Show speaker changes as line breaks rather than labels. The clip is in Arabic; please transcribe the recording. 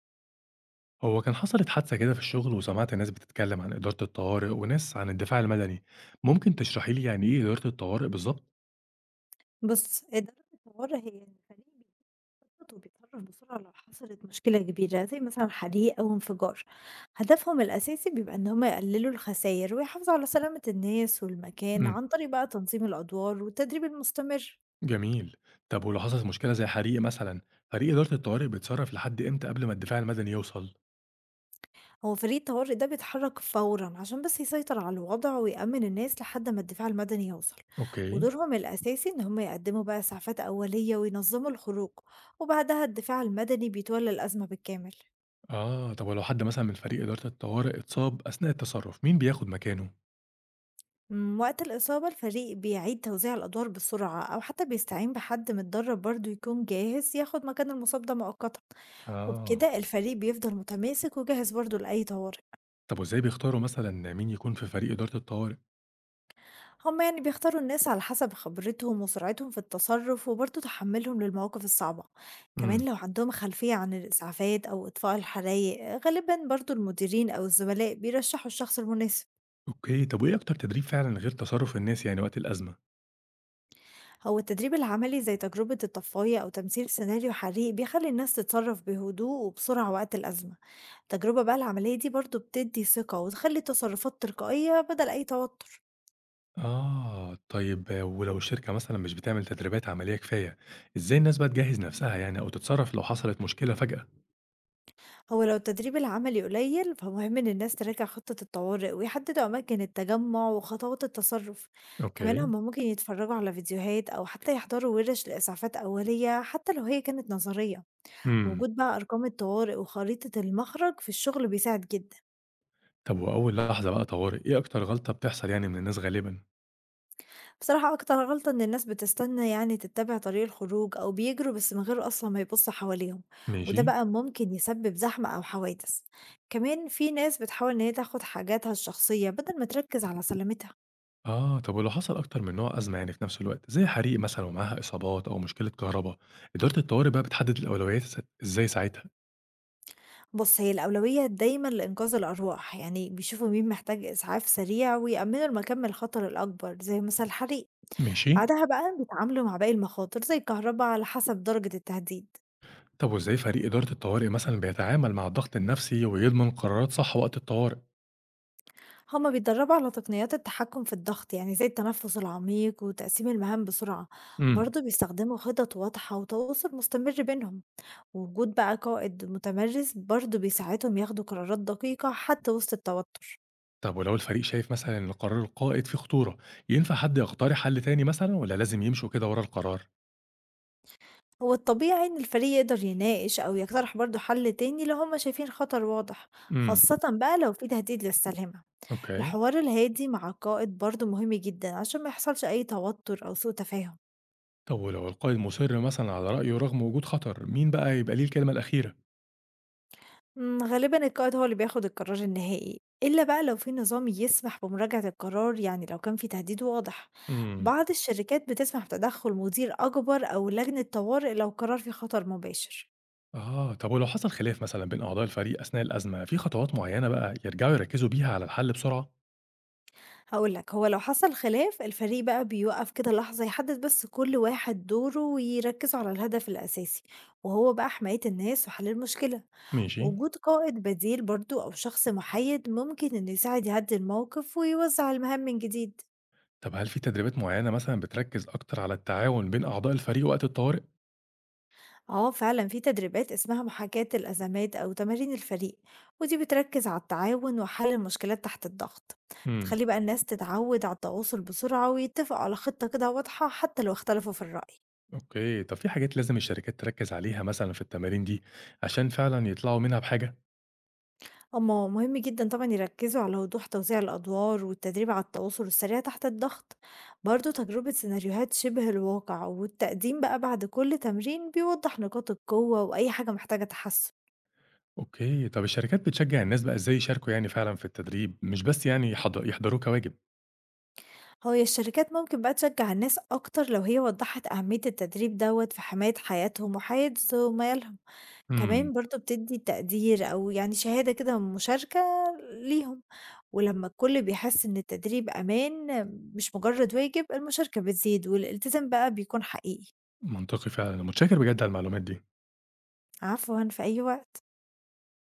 هو كان حصلت حادثة كده في الشغل وسمعت ناس بتتكلم عن إدارة الطوارئ وناس عن الدفاع المدني. ممكن تشرحي لي يعني إيه إدارة الطوارئ بالظبط؟
بُص، إدارة الطوارئ هي إن الفريق بيخطط وبيتصرف بسرعة لو حصلت مشكلة كبيرة زي مثلًا حريق أو انفجار، هدفهم الأساسي بيبقى إن هم يقللوا الخساير ويحافظوا على سلامة الناس والمكان
امم.
عن طريق بقى تنظيم الأدوار والتدريب المستمر،
جميل. طب ولو حصلت مشكلة زي حريق مثلا، فريق إدارة الطوارئ بيتصرف لحد إمتى قبل ما الدفاع المدني يوصل؟
هو فريق الطوارئ ده بيتحرك فورًا عشان بس يسيطر على الوضع ويأمن الناس لحد ما الدفاع المدني يوصل،
اوكي.
ودورهم الأساسي إن هم يقدموا بقى إسعافات أولية وينظموا الخروج، وبعدها الدفاع المدني بيتولى الأزمة بالكامل.
آه، طب ولو حد مثلا من فريق إدارة الطوارئ اتصاب أثناء التصرف، مين بياخد مكانه؟
وقت الإصابة الفريق بيعيد توزيع الأدوار بسرعة أو حتى بيستعين بحد متدرب برضه يكون جاهز ياخد مكان المصاب ده مؤقتا،
آه.
وبكده الفريق بيفضل متماسك وجاهز برضه لأي طوارئ.
طب وإزاي بيختاروا مثلا مين يكون في فريق إدارة الطوارئ؟
هما يعني بيختاروا الناس على حسب خبرتهم وسرعتهم في التصرف وبرضه تحملهم للمواقف الصعبة، كمان
امم.
لو عندهم خلفية عن الإسعافات أو إطفاء الحرايق غالبا برضه المديرين أو الزملاء بيرشحوا الشخص المناسب.
اوكي، طب وإيه أكتر تدريب فعلا غير تصرف الناس يعني وقت الأزمة؟
هو التدريب العملي زي تجربة الطفاية أو تمثيل سيناريو حريق بيخلي الناس تتصرف بهدوء وبسرعة وقت الأزمة. التجربة بقى العملية دي برضو بتدي ثقة وتخلي التصرفات تلقائية بدل أي توتر.
آه، طيب. آه، ولو الشركة مثلًا مش بتعمل تدريبات عملية كفاية، إزاي الناس بقى تجهّز نفسها يعني أو تتصرّف لو حصلت مشكلة فجأة؟
هو لو التدريب العملي قليل فمهم إن الناس تراجع خطة الطوارئ ويحددوا أماكن التجمع وخطوات التصرف. كمان هم
أوكي.
ممكن يتفرجوا على فيديوهات أو حتى يحضروا ورش لإسعافات أولية حتى لو هي كانت نظرية.
إمم،
وجود بقى أرقام الطوارئ وخريطة المخرج في الشغل بيساعد جدا.
طب وأول لحظة بقى طوارئ، إيه أكتر غلطة بتحصل يعني من الناس غالبًا؟
بصراحة أكتر غلطة إن الناس بتستنى يعني تتبع طريق الخروج أو بيجروا بس من غير أصلا ما يبصوا حواليهم،
ماشي.
وده بقى ممكن يسبب زحمة أو حوادث. كمان في ناس بتحاول إن هي تاخد حاجاتها الشخصية بدل ما تركز على سلامتها.
آه، طب ولو حصل أكتر من نوع أزمة يعني في نفس الوقت، زي حريق مثلًا ومعاها إصابات أو مشكلة كهربا، إدارة الطوارئ بقى بتحدد الأولويات إزاي ساعتها؟
بص هي الأولوية دايما لإنقاذ الأرواح يعني بيشوفوا مين محتاج إسعاف سريع ويأمنوا المكان من الخطر الأكبر زي مثلا الحريق،
ماشي.
بعدها بقى بيتعاملوا مع باقي المخاطر زي الكهرباء على حسب درجة التهديد.
طب وإزاي فريق إدارة الطوارئ مثلًا بيتعامل مع الضغط النفسي ويضمن قرارات صح وقت الطوارئ؟
هما بيتدربوا على تقنيات التحكم في الضغط يعني زي التنفس العميق وتقسيم المهام بسرعة.
إمم.
برضه بيستخدموا خطط واضحة وتواصل مستمر بينهم، ووجود بقى قائد متمرس برضه بيساعدهم ياخدوا قرارات دقيقة حتى وسط التوتر.
طب ولو الفريق شايف مثلًا إن قرار القائد فيه خطورة، ينفع حد يقترح حل تاني مثلًا والّا لازم يمشوا كده ورا القرار؟
هو الطبيعي إن الفريق يقدر يناقش أو يقترح برضه حل تاني لو هما شايفين خطر واضح،
إمم.
خاصة بقى لو في تهديد للسلامة.
أوكي.
الحوار الهادي مع القائد برضه مهم جدا عشان ما يحصلش أي توتر أو سوء تفاهم.
طب ولو القائد مُصِر مثلًا على رأيه رغم وجود خطر، مين بقى يبقى ليه الكلمة الأخيرة؟
غالبًا القائد هو اللي بياخد القرار النهائي، إلا بقى لو في نظام يسمح بمراجعة القرار يعني لو كان في تهديد واضح،
إمم.
بعض الشركات بتسمح بتدخُّل مدير أكبر أو لجنة طوارئ لو القرار فيه خطر مباشر.
آه، طب ولو حصل خلاف مثلًا بين أعضاء الفريق أثناء الأزمة، في خطوات معينة بقى يرجعوا يركّزوا بيها على الحل بسرعة؟
هاقول لك هو لو حصل خلاف الفريق بقى بيوقف كده لحظة يحدد بس كل واحد دوره ويركزوا على الهدف الأساسي، وهو بقى حماية الناس وحل المشكلة،
ماشي.
وجود قائد بديل برضه أو شخص محايد ممكن إنه يساعد يهدّي الموقف ويوزّع المهام من جديد.
طب هل في تدريبات معينة مثلًا بتركّز أكتر على التعاون بين أعضاء الفريق وقت الطوارئ؟
اه فعلا في تدريبات اسمها محاكاة الأزمات أو تمارين الفريق، ودي بتركز على التعاون وحل المشكلات تحت الضغط.
إمم.
تخلي بقى الناس تتعود على التواصل بسرعة ويتفقوا على خطة كده واضحة حتى لو اختلفوا في الرأي.
أوكي، طب في حاجات لازم الشركات تركّز عليها مثلًا في التمارين دي، عشان فعلًا يطلعوا منها بحاجة؟
أما مهم جدا طبعا يركزوا على وضوح توزيع الأدوار والتدريب على التواصل السريع تحت الضغط. برضو تجربة سيناريوهات شبه الواقع والتقديم بقى بعد كل تمرين بيوضح نقاط القوة وأي حاجة محتاجة تحسن.
أوكي، طب الشركات بتشجّع الناس بقى إزاي يشاركوا يعني فعلًا في التدريب، مش بس يعني يحضروه كواجب؟
هي الشركات ممكن بقى تشجع الناس أكتر لو هي وضحت أهمية التدريب دوت في حماية حياتهم وحياة زمايلهم.
إمم،
كمان برضو بتدي تقدير أو يعني شهادة كده مشاركة ليهم، ولما الكل بيحس إن التدريب أمان مش مجرد واجب المشاركة بتزيد والالتزام بقى بيكون حقيقي.
منطقي فعلًا، أنا متشكر بجد على المعلومات دي.
عفوا في أي وقت.